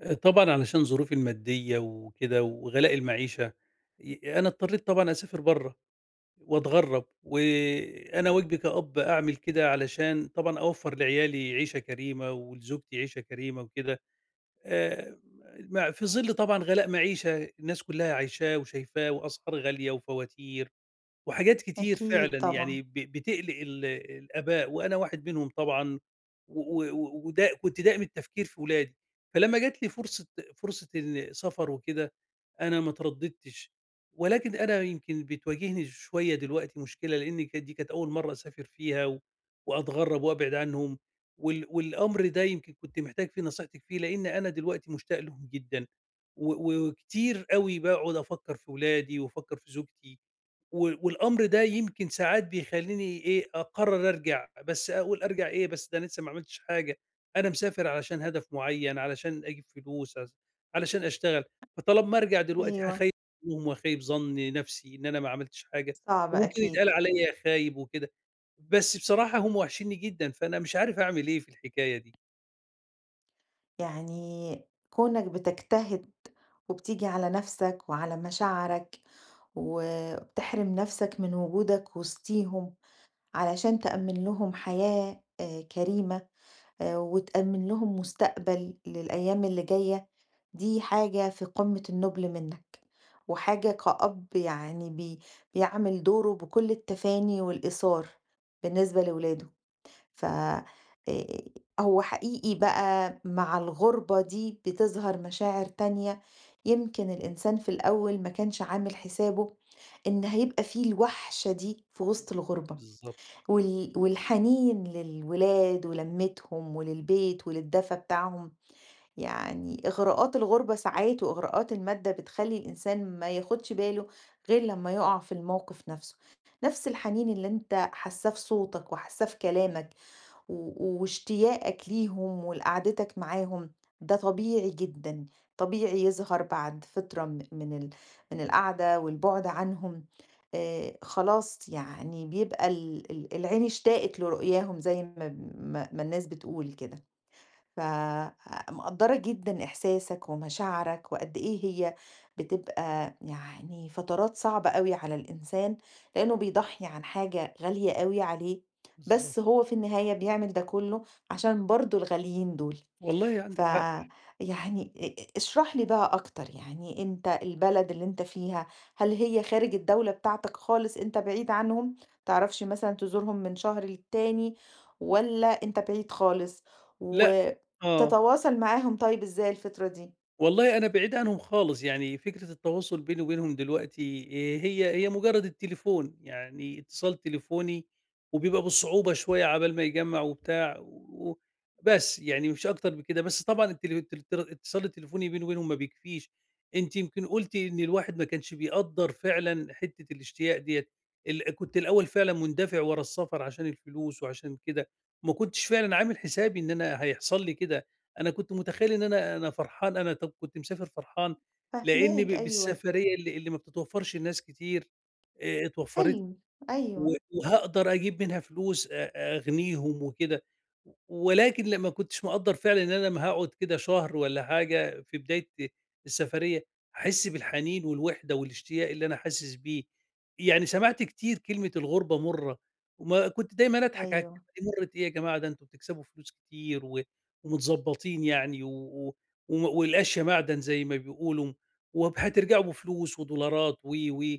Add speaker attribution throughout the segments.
Speaker 1: طبعًا علشان ظروفي المادية وكده وغلاء المعيشة، أنا اضطريت طبعًا أسافر برّه وأتغرّب، وأنا واجبي كأب أعمل كده علشان طبعًا أوفّر لعيالي عيشة كريمة ولزوجتي عيشة كريمة وكده. آآ مع في ظِل طبعًا غلاء معيشة الناس كلّها عايشاه وشايفاه وأسعار غالية وفواتير وحاجات كتير
Speaker 2: أكيد
Speaker 1: فعلًا
Speaker 2: طبعًا،
Speaker 1: يعني بتقلق الآباء، وأنا واحد منهم طبعًا. و و ودا كنت دائم التفكير في ولادي، فلما جات لي فرصة إن سفر وكده، أنا ما اترددتش، ولكن أنا يمكن بتواجهني شوية دلوقتي مشكلة، لإن كانت دي كانت أول مرة أسافر فيها، وأتغرب وأبعد عنهم، والأمر ده يمكن كنت محتاج فيه نصيحتِك فيه، لإن أنا دلوقتي مشتاق لهم جدًا، وكتير أوي باقعد أفكر في ولادي وأفكر في زوجتي. والأمر ده يمكن ساعات بيخلّيني إيه، أقرّر أرجع، بس أقول أرجع إيه، بس ده أنا لسه ما عملتش حاجة، أنا مسافر علشان هدف معيّن، علشان أجيب فلوس، علشان أشتغل، فطالما ما أرجع دلوقتي
Speaker 2: أيوه،
Speaker 1: هاخيّب ظنّهم وأخيّب ظن نَفْسي إن أنا ما عملتش حاجة،
Speaker 2: صعب
Speaker 1: وممكن يتقال
Speaker 2: أكيد،
Speaker 1: عليّا خايب وكده، بس بصراحة هم واحشينّي جدًا، فأنا مش عارف أعمل إيه في الحكاية دي.
Speaker 2: يعني كونك بتجتهد وبتيجي على نفسك وعلى مشاعرك، وبتحرم نفسك من وجودك وسطيهم علشان تأمِّن لهم حياة كريمة، وتأمِّن لهم مستقبل للأيام اللي جاية، دي حاجة في قمة النُّبل منك، وحاجة كأب يعني بيعمل دوره بكل التفاني والإيثار بالنسبة لولاده. ف هو حقيقي بقى مع الغُربة دي بتظهر مشاعر تانية، يمكن الإنسان في الأول ما كانش عامل حسابه إن هيبقى في الوحشة دي في وسط الغُربة،
Speaker 1: بالضبط.
Speaker 2: والحنين للولاد ولمّتهم وللبيت وللدفى بتاعهم، يعني إغراءات الغُربة ساعات وإغراءات المادة بتخلّي الإنسان ما ياخدش باله غير لمّا يُقع في الموقف نَفْسه، نَفْس الحنين اللي أنت حاساه في صوتك وحاساه في كلامك واشتياقك ليهم ولقعدتك معاهم، ده طبيعي جدًا، طبيعي يظهر بعد فترة م من ال من القعدة والبُعد عنهم، خلاص يعني بيبقى ال ال العين اشتاقت لرؤياهم زي ما الناس بتقول كده. فمقدّرة جدًا إحساسك ومشاعرك وقد إيه هي بتبقى يعني فترات صعبة أوي على الإنسان، لإنه بيضحّي عن حاجة غالية أوي عليه، بس
Speaker 1: بالضبط.
Speaker 2: هو في النهاية بيعمل ده كُلّه عشان برضه الغاليين دول.
Speaker 1: والله عندِك حق.
Speaker 2: فيعني اشرح لي بقى أكتر، يعني أنت البلد اللي أنت فيها، هل هي خارج الدولة بتاعتك خالص أنت بعيد عنهم، ما تعرفش مثلًا تزورهم من شهر للتاني، والّا أنت بعيد خالص؟
Speaker 1: لأ، آه.
Speaker 2: وتتواصل معاهم طيب إزاي الفترة دي؟
Speaker 1: والله أنا بعيد عنهم خالص، يعني فكرة التواصل بيني وبينهم دلوقتي هي مجرّد التليفون، يعني اتصال تليفوني وبيبقى بالصعوبة شوية عقبال ما يجمّع وبتاع و- بس، يعني مش أكتر من كده، بس طبعًا التلي التل التر الاتصال التليفوني بيني وبينهم ما بيكفيش، أنتِ يمكن قُلتِ إن الواحد ما كانش بيقدّر فعلًا حتّة الاشتياق ديّة، كنت الأول فعلًا مندفع ورا السفر عشان الفلوس وعشان كده، ما كنتش فعلًا عامل حسابي إن أنا هيحصل لي كده. أنا كنت متخيّل إن أنا فرحان، أنا طب كنت مسافر فرحان لإن
Speaker 2: فاهماك أيوه،
Speaker 1: بالسفرية اللي ما بتتوفّرش لناس كتير اتوفّرت
Speaker 2: حلم، أيوه،
Speaker 1: وهاقدر أجيب منها فلوس أغنيهم وكده، ولكن لأ ما كنتش مقدّر فعلًا إن أنا لمّا هاقعد كده شهر والّا حاجة في بداية السفرية، هاحس بالحنين والوحدة والاشتياق اللي أنا حاسس بيه، يعني سمعت كتير كلمة الغُربة مُرّة، وما كنت دايمًا أضحك على
Speaker 2: أيوه،
Speaker 1: الكلمة دي مُرّة إيه يا جماعة ده أنتم بتكسبوا فلوس كتير ومتضبّطين يعني و و وم والأشيا معدن زي ما بيقولوا، هترجعوا بفلوس ودولارات و، و.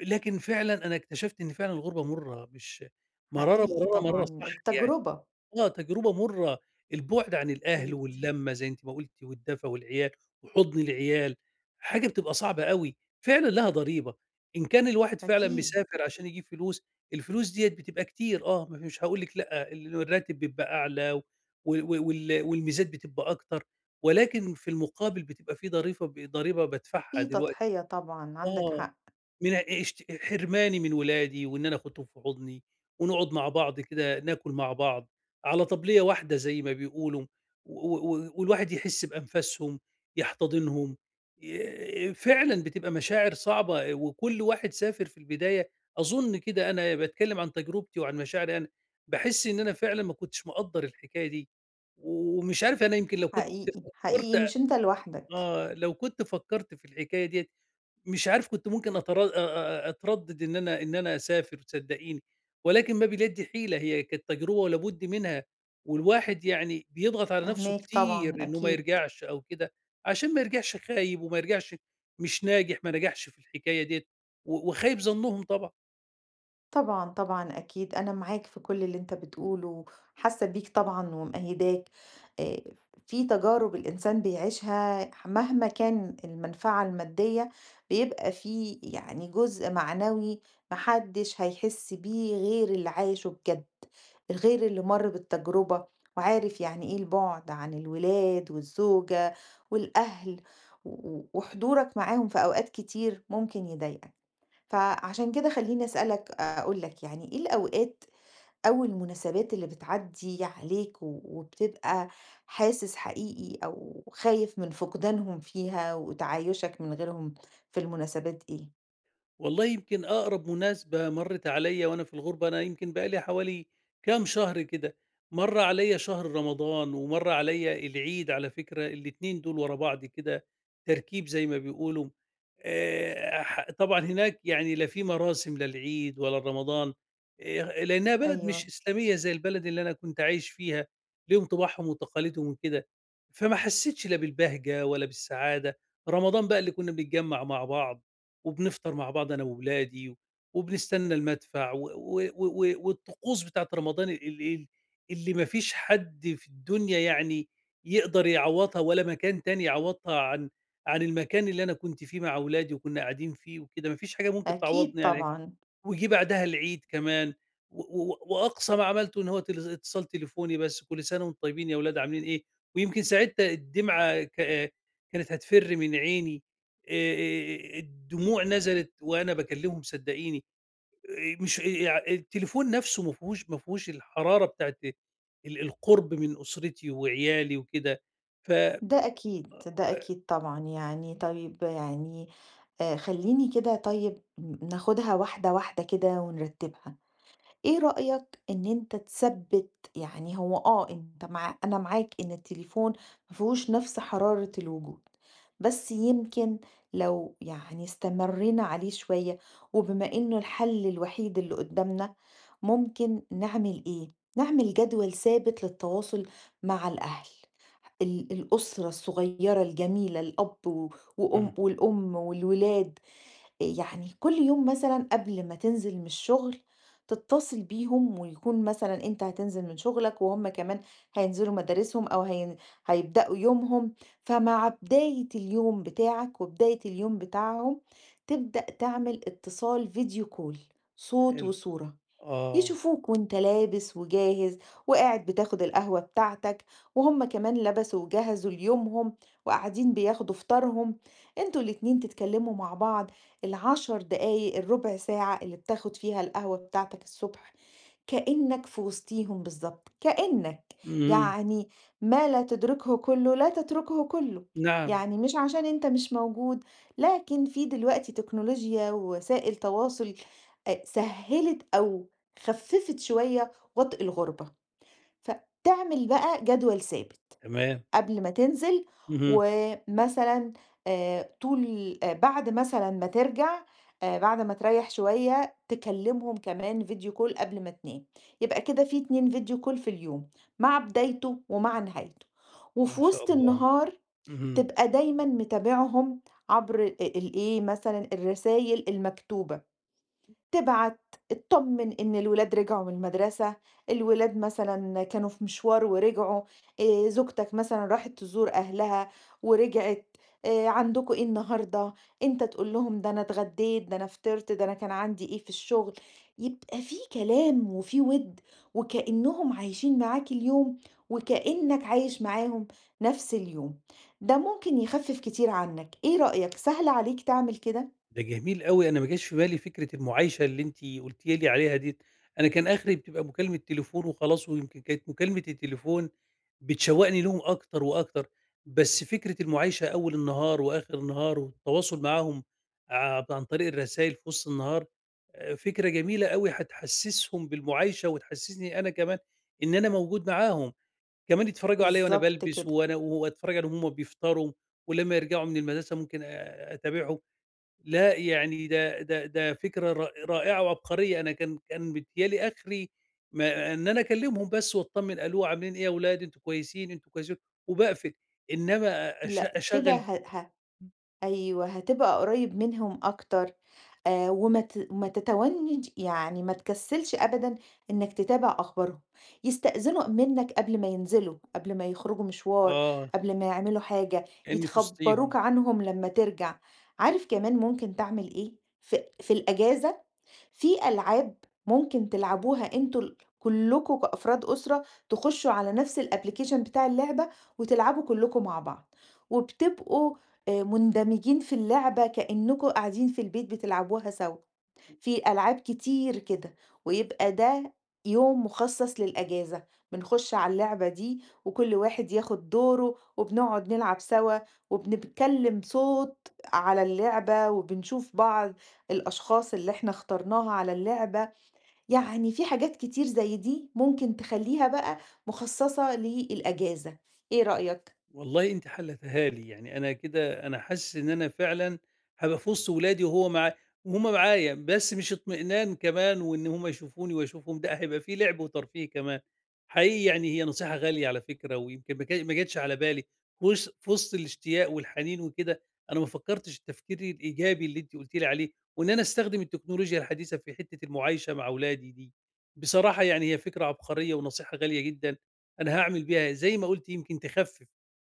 Speaker 1: لكن فعلًا أنا اكتشفت إن فعلًا الغُربة مُرّة، مش مرارة،
Speaker 2: حقيقي
Speaker 1: مرارة، مرارة
Speaker 2: طبعًا،
Speaker 1: صح يعني،
Speaker 2: بتجربة
Speaker 1: آه، تجربة مُرّة، البُعد عن الأهل
Speaker 2: أكيد،
Speaker 1: واللمّة زي أنتِ ما قُلتِ والدفى والعيال وحُضن العيال، حاجة بتبقى صعبة أوي، فعلًا لها ضريبة، إن كان الواحد فعلًا
Speaker 2: أكيد،
Speaker 1: مسافر عشان يجيب فلوس، الفلوس ديّة بتبقى كتير آه، ما في- مش هاقول لِك لأ، الراتب بيبقى أعلى و و وال والميزات بتبقى أكتر، ولكن في المقابل بتبقى في ضريفة ب ضريبة بادفعها
Speaker 2: في
Speaker 1: دلوقتي
Speaker 2: تضحية طبعًا، عندك
Speaker 1: آه.
Speaker 2: حق،
Speaker 1: من اشت حرماني من ولادي وإن أنا آخُدهم في حُضني ونقعد مع بعض كده ناكل مع بعض على طبلية واحدة زي ما بيقولوا، و و والواحد يحِس بأنفاسهم، يحتضنهم، فعلًا بتبقى مشاعر صعبة وكل واحد سافر في البداية أظُن كده. أنا باتكلّم عن تجربتي وعن مشاعري أنا، باحِس إن أنا فعلًا ما كنتش مقدّر الحكاية دي، ومش عارف أنا يمكن لو كنت
Speaker 2: حقيقي،
Speaker 1: فكّرت.
Speaker 2: حقيقي مش أنت لوحدك.
Speaker 1: آه، لو كنت فكّرت في الحكاية ديّة مش عارف كنت ممكن أترا أ أ أتردد إن أنا أسافر صدّقيني، ولكن ما باليد حيلة، هي كانت تجربة ولا بد منها، والواحد يعني بيضغط على نفسه
Speaker 2: فاهماك
Speaker 1: كتير
Speaker 2: طبعًا
Speaker 1: إنه ما
Speaker 2: أكيد،
Speaker 1: يرجعش أو كده، عشان ما يرجعش خايب وما يرجعش مش ناجح، ما نجحش في الحكاية ديّة، وخايب ظنهم طبعًا.
Speaker 2: طبعًا، طبعًا أكيد أنا معاك في كل اللي أنت بتقوله، حاسة بيك طبعًا ومأيداك، آآ في تجارب الإنسان بيعيشها مهما كان المنفعة المادية بيبقى في يعني جزء معنوي ما حدش هيحس بيه غير اللي عايشه بجد، غير اللي مَر بالتجربة وعارف يعني إيه البُعد عن الولاد والزوجة والأهل، و وحضورك معاهم في أوقات كتير ممكن يضايقك. فعشان كده خلّيني أسألك أقول لك يعني إيه الأوقات أو المناسبات اللي بتعدّي عليك وبتبقى حاسس حقيقي أو خايف من فقدانهم فيها وتعايشك من غيرهم في المناسبات إيه؟
Speaker 1: والله يمكن أقرب مناسبة مرّت عليّا وأنا في الغُربة، أنا يمكن بقى لي حوالي كام شهر كده، مَر عليّا شهر رمضان ومَر عليّا العيد على فكرة، الاتنين دول ورا بعض كده تركيب زي ما بيقولوا. ح طبعًا هناك يعني لا في مراسم لا العيد ولا لرمضان، لإنها بلد مش
Speaker 2: أيوه،
Speaker 1: إسلامية زي البلد اللي أنا كنت عايش فيها، ليهم طِباعهم وتقاليدهم وكده، فما حسّيتش لا بالبهجة ولا بالسعادة، رمضان بقى اللي كُنّا بنتجمّع مع بعض وبنفطر مع بعض أنا وولادي، وبنستنى المدفع والطقوس بتاعة رمضان ال ال اللي ما فيش حد في الدنيا يعني يقدر يعوّضها ولا مكان تاني يعوّضها عن المكان اللي أنا كنت فيه مع ولادي وكنا قاعدين فيه وكده، ما فيش حاجة ممكن
Speaker 2: أكيد
Speaker 1: تعوّضني يعني.
Speaker 2: طبعًا،
Speaker 1: وجه بعدها العيد كمان و و وأقصى ما عملته إن هو اتصال تليفوني بس، كل سنة وأنتم طيبين يا ولاد عاملين إيه، ويمكن ساعتها الدمعة كانت هتفِر من عيني. الدموع نزلت وأنا باكلمهم صدقيني. مش يع التليفون نفسه ما فيهوش الحرارة بتاعة القرب من أسرتي وعيالي وكده. ف
Speaker 2: ده أكيد، ده
Speaker 1: و
Speaker 2: أكيد طبعًا يعني طيب يعني خلّيني كده طيب ناخدها واحدة واحدة كده ونرتّبها. إيه رأيك إن أنت تثبّت يعني هو أنت مع أنا معاك إن التليفون ما فيهوش نفس حرارة الوجود، بس يمكن لو يعني استمرينا عليه شوية، وبما إنه الحل الوحيد اللي قدّامنا، ممكن نعمل إيه؟ نعمل جدول ثابت للتواصل مع الأهل، الأسرة الصغيّرة الجميلة، الأب و
Speaker 1: إمم.
Speaker 2: وأم والأم والولاد. يعني كل يوم مثلًا قبل ما تنزل من الشغل، تتصل بيهم ويكون مثلًا أنت هتنزل من شغلك وهُم كمان هينزلوا مدارسهم أو هيبدأوا يومهم، فمع بداية اليوم بتاعك وبداية اليوم بتاعهم، تبدأ تعمل اتصال فيديو كول صوت
Speaker 1: حلو،
Speaker 2: وصورة.
Speaker 1: آه.
Speaker 2: يشوفوك وأنت لابس وجاهز وقاعد بتاخد القهوة بتاعتك وهم كمان لبسوا وجهزوا ليومهم وقاعدين بياخدوا فطارهم انتوا الاتنين تتكلموا مع بعض العشر دقايق الربع ساعة اللي بتاخد فيها القهوة بتاعتك الصبح كأنك في وسطيهم بالضبط، كأنك،
Speaker 1: اهم.
Speaker 2: يعني ما لا تدركه كُلّه لا تتركه كُلّه،
Speaker 1: نعم.
Speaker 2: يعني مش عشان أنت مش موجود، لكن في دلوقتي تكنولوجيا ووسائل تواصل سهّلت أو خفّفت شوية وطْء الغُربة، فتعمل بقى جدول ثابت.
Speaker 1: تمام.
Speaker 2: قبل ما تنزل،
Speaker 1: اهم.
Speaker 2: ومثلًا طول بعد مثلًا ما ترجع بعد ما تريّح شوية تكلمهم كمان فيديو كول قبل ما تنام، يبقى كده في 2 فيديو كول في اليوم، مع بدايته ومع نهايته، وفي
Speaker 1: ما شاء
Speaker 2: وسط
Speaker 1: الله.
Speaker 2: النهار
Speaker 1: اهم.
Speaker 2: تبقى دايمًا متابعهم عبر الإيه مثلًا الرسايل المكتوبة. تبعت تطمن إن الولاد رجعوا من المدرسة، الولاد مثلًا كانوا في مشوار ورجعوا، زوجتك مثلًا راحت تزور أهلها ورجعت، عندكم إيه النهارده؟ أنت تقول لهم ده أنا اتغديت، ده أنا فطرت، ده أنا كان عندي إيه في الشغل، يبقى في كلام وفي وِد وكأنهم عايشين معاك اليوم، وكأنك عايش معاهم نفس اليوم، ده ممكن يخفف كتير عنك، إيه رأيك سهل عليك تعمل كده؟
Speaker 1: ده جميل أوي، أنا ما جاش في بالي فكرة المُعايشة اللي أنتِ قُلتِ لي عليها ديّة، أنا كان آخري بتبقى مكالمة تليفون وخلاص، ويمكن كانت مكالمة التليفون بتشوّقني ليهم أكتر وأكتر، بس فكرة المُعايشة أول النهار وآخر النهار والتواصل معاهم عن طريق الرسايل في وسط النهار، فكرة جميلة أوي هتحسّسهم بالمُعايشة وتحسّسني أنا كمان إن أنا موجود معاهم، كمان يتفرّجوا عليّا وأنا
Speaker 2: بالضبط
Speaker 1: بالبس
Speaker 2: كده.
Speaker 1: وأنا وأتفرّج عليهم وهُم بيفطروا، ولمّا يرجعوا من المدرسة ممكن أتابعهم. لأ، يعني ده فكرة رائعة وعبقرية، أنا كان متهيأ لي آخري ما إن أنا أكلمهم بس وأطمن ألو عاملين إيه يا ولاد، أنتم كويسين، أنتم كويسين، وباقفل، إنما
Speaker 2: لأ، كده
Speaker 1: أشغّل.
Speaker 2: ه ه أيوه، هتبقى قريّب منهم أكتر، وما ت ما تتونّج يعني ما تكسّلش أبدًا إنّك تتابع أخبارهم، يستأذنوا منّك قبل ما ينزلوا، قبل ما يخرجوا مشوار،
Speaker 1: آه،
Speaker 2: قبل ما يعملوا حاجة،
Speaker 1: كأني في
Speaker 2: يتخبّروك
Speaker 1: وسطيهم.
Speaker 2: عنهم لمّا ترجع. عارف كمان ممكن تعمل إيه؟ في الأجازة في ألعاب ممكن تلعبوها أنتم كلكم كأفراد أسرة، تخشوا على نفس الأبلكيشن بتاع اللعبة وتلعبوا كلكم مع بعض، وبتبقوا مندمجين في اللعبة كأنكم قاعدين في البيت بتلعبوها سوا. في ألعاب كتير كده، ويبقى ده يوم مخصص للأجازة، بنخش على اللعبة دي وكل واحد ياخد دوره، وبنقعد نلعب سوا، وبنتكلم صوت على اللعبة، وبنشوف بعض الأشخاص اللي احنا اخترناها على اللعبة، يعني في حاجات كتير زي دي ممكن تخليها بقى مخصصة للأجازة، إيه رأيك؟
Speaker 1: والله أنتِ حلّتيها لي، يعني أنا كده أنا حاسس إن أنا فعلًا هابقى في وسط ولادي وهو معا وهُم معايا، بس مش اطمئنان كمان وإن هُم يشوفوني وأشوفهم، لأ هيبقى في لعب وترفيه كمان. حقيقي يعني هي نصيحة غالية على فكرة ويمكن ما جاتش على بالي، في وسط الاشتياق والحنين وكده، أنا ما فكّرتش التفكير الإيجابي اللي أنتِ قُلتِ لي عليه، وإن أنا أستخدم التكنولوجيا الحديثة في حتّة المعايشة مع ولادي دي. بصراحة يعني هي فكرة عبقرية ونصيحة غالية جدًا، أنا هاعمل بيها زي ما قُلتِ يمكن تخفِّف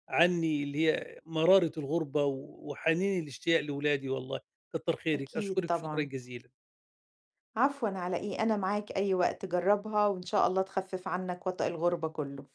Speaker 1: عني اللي هي مرارة الغُربة وحنيني الاشتياق لولادي والله، كتّر خيرِك،
Speaker 2: أكيد
Speaker 1: أشكرِك شكرًا
Speaker 2: طبعًا،
Speaker 1: جزيلًا.
Speaker 2: عفوًا على إيه، أنا معاك أي وقت جربها وإن شاء الله تخفف عنك وطأ الغربة كله.